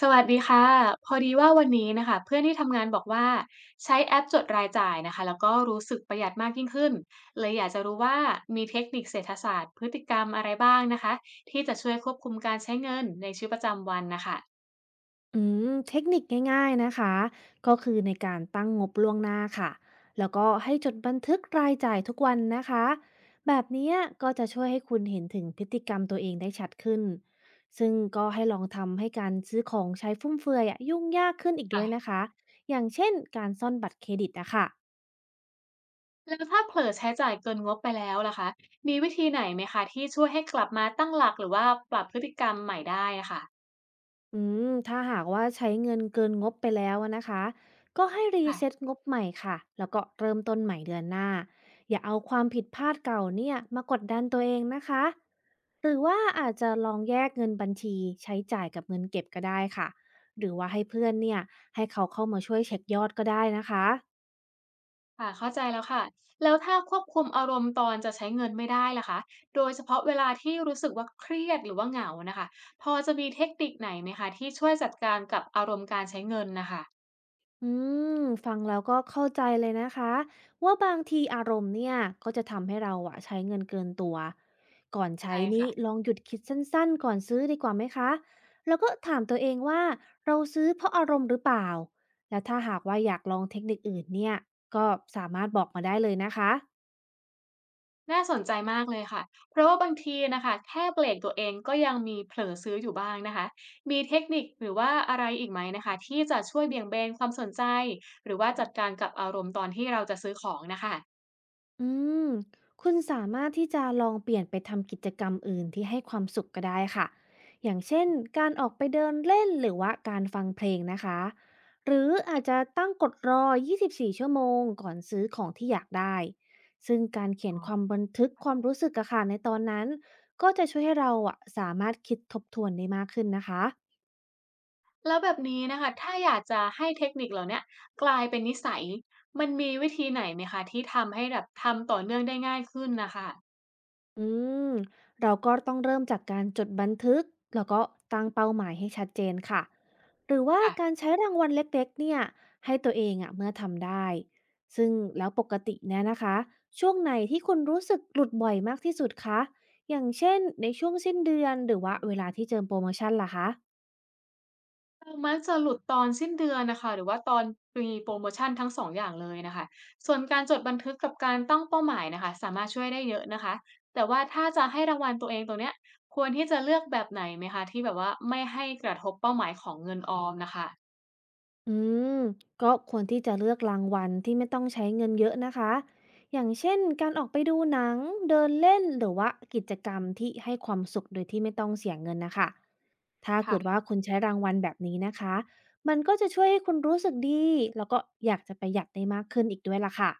สวัสดีค่ะพอดีว่าวันนี้นะคะเพื่อนที่ทำงานบอกว่าใช้แอปจดรายจ่ายนะคะแล้วก็รู้สึกประหยัดมากยิ่งขึ้นเลยอยากจะรู้ว่ามีเทคนิคเศรษฐศาสตร์พฤติกรรมอะไรบ้างนะคะที่จะช่วยควบคุมการใช้เงินในชีวิตประจำวันนะคะอืมเทคนิคง่ายๆนะคะก็คือในการตั้งงบล่วงหน้าค่ะแล้วก็ให้จดบันทึกรายจ่ายทุกวันนะคะแบบเนี้ยก็จะช่วยให้คุณเห็นถึงพฤติกรรมตัวเองได้ชัดขึ้นซึ่งก็ให้ลองทำให้การซื้อของใช้ฟุ่มเฟือยอะยุ่งยากขึ้นอีกด้ค่ะวยนะคะอย่างเช่นการซ่อนบัตรเครดิตอะค่ะ แล้วถ้าเผลอใช้จ่ายเกินงบไปแล้วล่ะคะมีวิธีไหนไหมคะที่ช่วยให้กลับมาตั้งหลักหรือว่าปรับพฤติกรรมใหม่ได้นะคอืมถ้าหากว่าใช้เงินเกินงบไปแล้วอะนะคะก็ให้รีะ เซ็ตงบใหม่ค่ะแล้วก็เริ่มต้นใหม่เดือนหน้าอย่าเอาความผิดพลาดเก่าเนี่ยมากดดันตัวเองนะคะหรือว่าอาจจะลองแยกเงินบัญชีใช้จ่ายกับเงินเก็บก็ได้ค่ะหรือว่าให้เพื่อนเนี่ยให้เขาเข้ามาช่วยเช็คยอดก็ได้นะคะ ค่ะเข้าใจแล้วค่ะ แล้วถ้าควบคุมอารมณ์ตอนจะใช้เงินไม่ได้ล่ะคะโดยเฉพาะเวลาที่รู้สึกว่าเครียดหรือว่าเหงานะคะพอจะมีเทคนิคไหนไหมคะที่ช่วยจัดการกับอารมณ์การใช้เงินนะคะอืมฟังแล้วก็เข้าใจเลยนะคะว่าบางทีอารมณ์เนี่ยก็จะทำให้เราอะใช้เงินเกินตัวก่อนใช้ใช่นี้ค่ะลองหยุดคิดสั้นๆก่อนซื้อดีกว่าไหมคะแล้วก็ถามตัวเองว่าเราซื้อเพราะอารมณ์หรือเปล่าและถ้าหากว่าอยากลองเทคนิคอื่นเนี่ยก็สามารถบอกมาได้เลยนะคะ น่าสนใจมากเลยค่ะเพราะว่าบางทีนะคะแค่เบรกตัวเองก็ยังมีเผลอซื้ออยู่บ้างนะคะมีเทคนิคหรือว่าอะไรอีกไหมนะคะที่จะช่วยเบี่ยงเบนความสนใจหรือว่าจัดการกับอารมณ์ตอนที่เราจะซื้อของนะคะ อืมคุณสามารถที่จะลองเปลี่ยนไปทำกิจกรรมอื่นที่ให้ความสุขก็ได้ค่ะ อย่างเช่นการออกไปเดินเล่นหรือว่าการฟังเพลงนะคะ หรืออาจจะตั้งกฎรอ24ชั่วโมงก่อนซื้อของที่อยากได้ ซึ่งการเขียนความบันทึกความรู้สึกอะค่ะในตอนนั้นก็จะช่วยให้เราอะสามารถคิดทบทวนได้มากขึ้นนะคะ แล้วแบบนี้นะคะถ้าอยากจะให้เทคนิคเหล่าเนี้ยกลายเป็นนิสัย มันมีวิธีไหนไหมคะที่ทำให้แบบทำต่อเนื่องได้ง่ายขึ้นน่ะค่ะอืมเราก็ต้องเริ่มจากการจดบันทึกแล้วก็ตั้งเป้าหมายให้ชัดเจนค่ะหรือว่าค่ะการใช้รางวัลเล็กๆเนี่ยให้ตัวเองอะเมื่อทำได้ซึ่งแล้วปกติเนี่ยนะคะช่วงไหนที่คุณรู้สึกหลุดบ่อยมากที่สุดคะอย่างเช่นในช่วงสิ้นเดือนหรือว่าเวลาที่เจอโปรโมชั่นล่ะคะ เรามักจะหลุดตอนสิ้นเดือนน่ะค่ะหรือว่าตอนมีโพรโมชันทั้ง2องอย่างเลยน่ะค่ะส่วนการจดบันทึกกับการตั้งเป้าหมายน่ะค่ะสามารถช่วยได้เยอะนะคะแต่ว่าถ้าจะให้รางวัลตัวเองตรงเนี้ยควรที่จะเลือกแบบไหนไหมคะที่แบบว่าไม่ให้กระทบเป้าหมายของเงินออมน่ะค่ะอืมก็ควรที่จะเลือกรางวัลที่ไม่ต้องใช้เงินเยอะนะคะอย่างเช่นการออกไปดูหนังเดินเล่นหรือว่ากิจกรรมที่ให้ความสุขโดยที่ไม่ต้องเสียเงินนะคะถ้าเกิดค่ะ ว่าคุณใช้รางวัลแบบนี้นะคะมันก็จะช่วยให้คุณรู้สึกดีแล้วก็อยากจะประหยัดได้มากขึ้นอีกด้วยล่ะค่ะ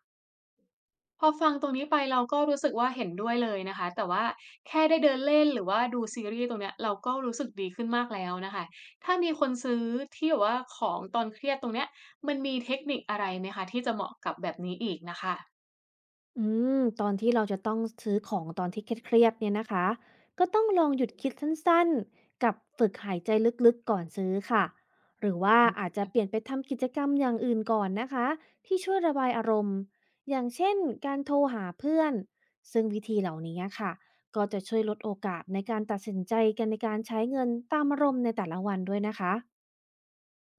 พอฟังตรงนี้ไปเราก็รู้สึกว่าเห็นด้วยเลยนะคะแต่ว่าแค่ได้เดินเล่นหรือว่าดูซีรีส์ตรงเนี้ยเราก็รู้สึกดีขึ้นมากแล้วนะคะถ้ามีคนซื้อที่แบบว่าของตอนเครียดตรงเนี้ยมันมีเทคนิคอะไรไหมคะที่จะเหมาะกับแบบนี้อีกน่ะค่ะอืมตอนที่เราจะต้องซื้อของตอนที่เครียดๆเนี่ยนะคะก็ต้องลองหยุดคิดสั้นๆกับฝึกหายใจลึกๆก่อนซื้อค่ะหรือว่าอือาจมจะเปลี่ยนไปทำกิจกรรมอย่างอื่นก่อนนะคะที่ช่วยระบายอารมณ์อย่างเช่นการโทรหาเพื่อนซึ่งวิธีเหล่านี้ค่ะก็จะช่วยลดโอกาสในการตัดสินใจกันในการใช้เงินตามอารมณ์ในแต่ละวันด้วยนะคะ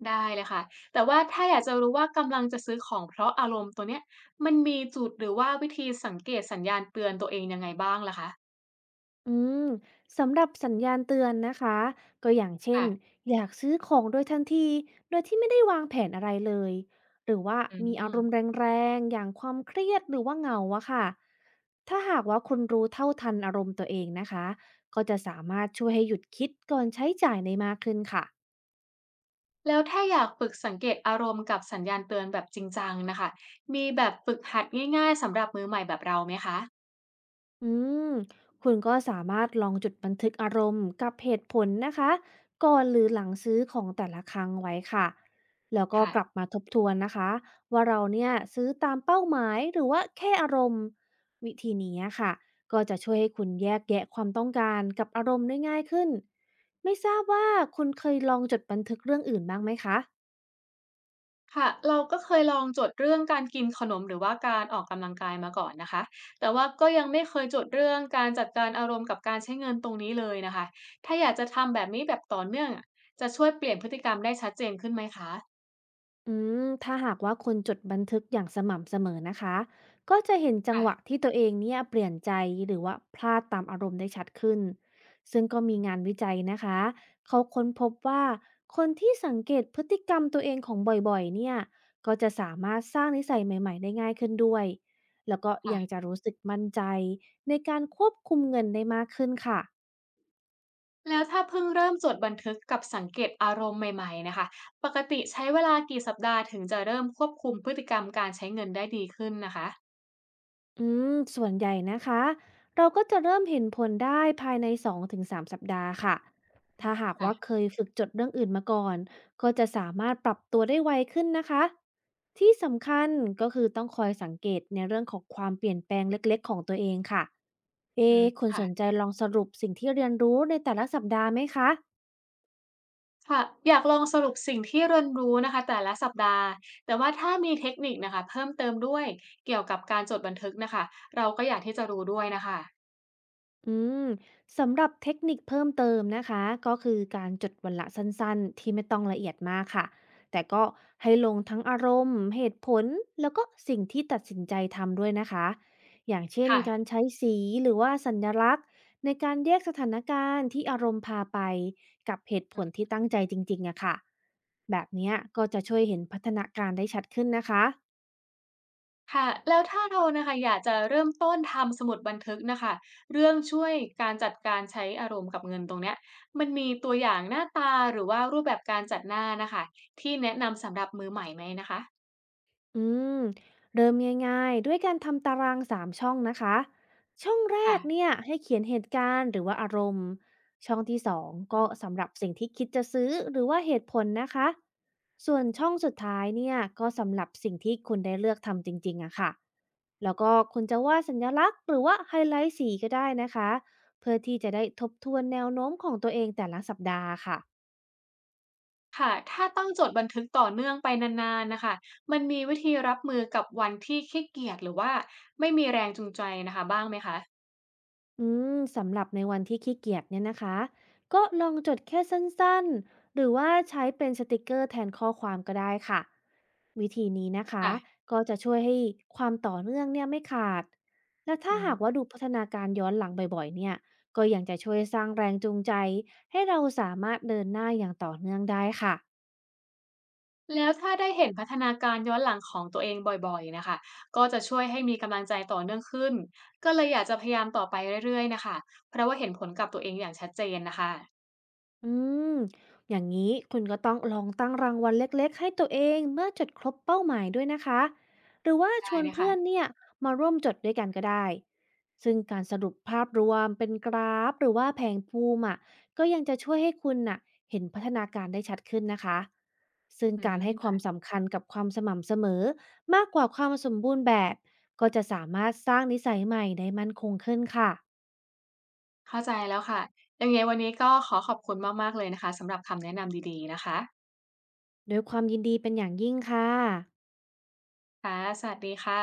ได้เลยค่ะแต่ว่าถ้าอยากจะรู้ว่ากำลังจะซื้อของเพราะอารมณ์ตัวเนี้ยมันมีจุดหรือว่าวิธีสังเกตสัญญาณเตือนตัวเองยังไงบ้างล่ะคะอืมสำหรับสัญญาณเตือนนะคะก็อย่างเช่นค่ะอยากซื้อของโดยทันทีโดยที่ไม่ได้วางแผนอะไรเลยหรือว่าอืมีอารมณ์ม แรงๆอย่างความเครียดหรือว่าเหงาอะค่ะถ้าหากว่าคุณรู้เท่าทันอารมณ์ตัวเองนะคะก็จะสามารถช่วยให้หยุดคิดก่อนใช้จ่ายในมากขึ้นค่ะ แล้วถ้าอยากฝึกสังเกตอารมณ์กับสัญญาณเตือนแบบจริงจังนะคะมีแบบฝึกหัดง่ายๆสำหรับมือใหม่แบบเราไหมคะอืมคุณก็สามารถลองจดบันทึกอารมณ์กับเหตุผลนะคะก่อนหรือหลังซื้อของแต่ละครั้งไว้ค่ะแล้วก็ค่ะกลับมาทบทวนนะคะว่าเราเนี่ยซื้อตามเป้าหมายหรือว่าแค่อารมณ์วิธีนี้ค่ะก็จะช่วยให้คุณแยกแยะความต้องการกับอารมณ์ได้ง่ายขึ้นไม่ทราบว่าคุณเคยลองจดบันทึกเรื่องอื่นบ้างไหมคะ ค่ะเราก็เคยลองจดเรื่องการกินขนมหรือว่าการออกกำลังกายมาก่อนนะคะแต่ว่าก็ยังไม่เคยจดเรื่องการจัดการอารมณ์กับการใช้เงินตรงนี้เลยนะคะถ้าอยากจะทำแบบนี้แบบต่อเนื่องอะจะช่วยเปลี่ยนพฤติกรรมได้ชัดเจนขึ้นไหมคะอืมถ้าหากว่าคนจดบันทึกอย่างสม่ำเสมอนะคะก็จะเห็นจังหวะค่ะที่ตัวเองเนี่ยเปลี่ยนใจหรือว่าพลาดตามอารมณ์ได้ชัดขึ้นซึ่งก็มีงานวิจัยนะคะเขาค้นพบว่าคนที่สังเกตพฤติกรรมตัวเองของบ่อยๆเนี่ยก็จะสามารถสร้างนิสัยใหม่ๆได้ง่ายขึ้นด้วยแล้วก็ยังค่ะ จะรู้สึกมั่นใจในการควบคุมเงินได้มากขึ้นค่ะ แล้วถ้าเพิ่งเริ่มจดบันทึกกับสังเกตอารมณ์ใหม่ๆนะคะปกติใช้เวลากี่สัปดาห์ถึงจะเริ่มควบคุมพฤติกรรมการใช้เงินได้ดีขึ้นนะคะอืมส่วนใหญ่นะคะเราก็จะเริ่มเห็นผลได้ภายใน2-3สามสัปดาห์ค่ะถ้าหากว่าค่ะเคยฝึกจดเรื่องอื่นมาก่อนก็จะสามารถปรับตัวได้ไวขึ้นนะคะที่สำคัญก็คือต้องคอยสังเกตในเรื่องของความเปลี่ยนแปลงเล็กๆของตัวเองค่ะอืเอะมคุณสค่ะนใจลองสรุปสิ่งที่เรียนรู้ในแต่ละสัปดาห์ไหมคะ ค่ะอยากลองสรุปสิ่งที่เรียนรู้นะคะแต่ละสัปดาห์แต่ว่าถ้ามีเทคนิคนะคะเพิ่มเติมด้วยเกี่ยวกับการจดบันทึกนะคะเราก็อยากที่จะรู้ด้วยนะคะอืมสำหรับเทคนิคเพิ่มเติมนะคะก็คือการจดวันละสั้นๆที่ไม่ต้องละเอียดมากค่ะแต่ก็ให้ลงทั้งอารมณ์เหตุผลแล้วก็สิ่งที่ตัดสินใจทำด้วยนะคะอย่างเช่นการค่ะ ใช้สีหรือว่าสัญลักษณ์ในการแยกสถานการณ์ที่อารมณ์พาไปกับเหตุผลที่ตั้งใจจริงๆอะค่ะแบบเนี้ยก็จะช่วยเห็นพัฒนาการได้ชัดขึ้นนะคะ ค่ะแล้วถ้าเรานะคะอยากจะเริ่มต้นทำสมุดบันทึกนะคะเรื่องช่วยการจัดการใช้อารมณ์กับเงินตรงเนี้ยมันมีตัวอย่างหน้าตาหรือว่ารูปแบบการจัดหน้านะคะที่แนะนำสำหรับมือใหม่ไหมนะคะอืมเริ่มง่ายๆด้วยการทำตาราง3ช่องนะคะช่องแรกค่ะเนี่ยให้เขียนเหตุการณ์หรือว่าอารมณ์ช่องที่สองอืก็มสำหรับสิ่งที่คิดจะซื้อหรือว่าเหตุผลนะคะส่วนช่องสุดท้ายเนี่ยก็สำหรับสิ่งที่คุณได้เลือกทำจริงๆอะค่ะแล้วก็คุณจะวาดสัญลักษณ์หรือว่าไฮไลท์สีก็ได้นะคะเพื่อที่จะได้ทบทวนแนวโน้มของตัวเองแต่ละสัปดาห์ค่ะ ค่ะถ้าต้องจดบันทึกต่อเนื่องไปนานๆนะคะมันมีวิธีรับมือกับวันที่ขี้เกียจหรือว่าไม่มีแรงจูงใจนะคะบ้างไหมคะอืสำหรับในวันที่ขี้เกียจเนี่ยนะคะก็ลองจดแค่สั้นๆหรือว่าใช้เป็นสติกเกอร์แทนข้อความก็ได้ค่ะวิธีนี้นะคะค่ะก็จะช่วยให้ความต่อเนื่องเนี่ยไม่ขาดและอืถ้าอ หากว่าดูพัฒนาการย้อนหลังบ่อยๆเนี่ยก็ยังจะช่วยสร้างแรงจูงใจให้เราสามารถเดินหน้าอย่างต่อเนื่องได้ค่ะ แล้วถ้าได้เห็นพัฒนาการย้อนหลังของตัวเองบ่อยๆนะคะก็จะช่วยให้มีกำลังใจต่อเนื่องขึ้นก็เลยอยากจะพยายามต่อไปเรื่อยๆนะคะเพราะว่าเห็นผลกับตัวเองอย่างชัดเจนนะคะอืมอย่างนี้คุณก็ต้องลองตั้งรางวัลเล็กๆให้ตัวเองเมื่อจดครบเป้าหมายด้วยนะคะหรือว่าชได้วนนะเพื่คะอนเนี่ยมาร่วมจดด้วยกันก็ได้ซึ่งการสรุปภาพรวมเป็นกราฟหรือว่าแผงภูมิอ่ะก็ยังจะช่วยให้คุณน่ะเห็นพัฒนาการได้ชัดขึ้นนะคะซึ่งอืการให้ความมสำคัญกับความสม่ำเสมอมากกว่าความสมบูรณ์แบบก็จะสามารถสร้างนิสัยใหม่ได้มั่นคงขึ้นค่ะเข้าใจแล้วค่ะยังไงวันนี้ก็ขอขอบคุณมากๆเลยนะคะสำหรับคำแนะนำดีๆนะคะด้วยความยินดีเป็นอย่างยิ่งค่ะค่ะสวัสดีค่ะ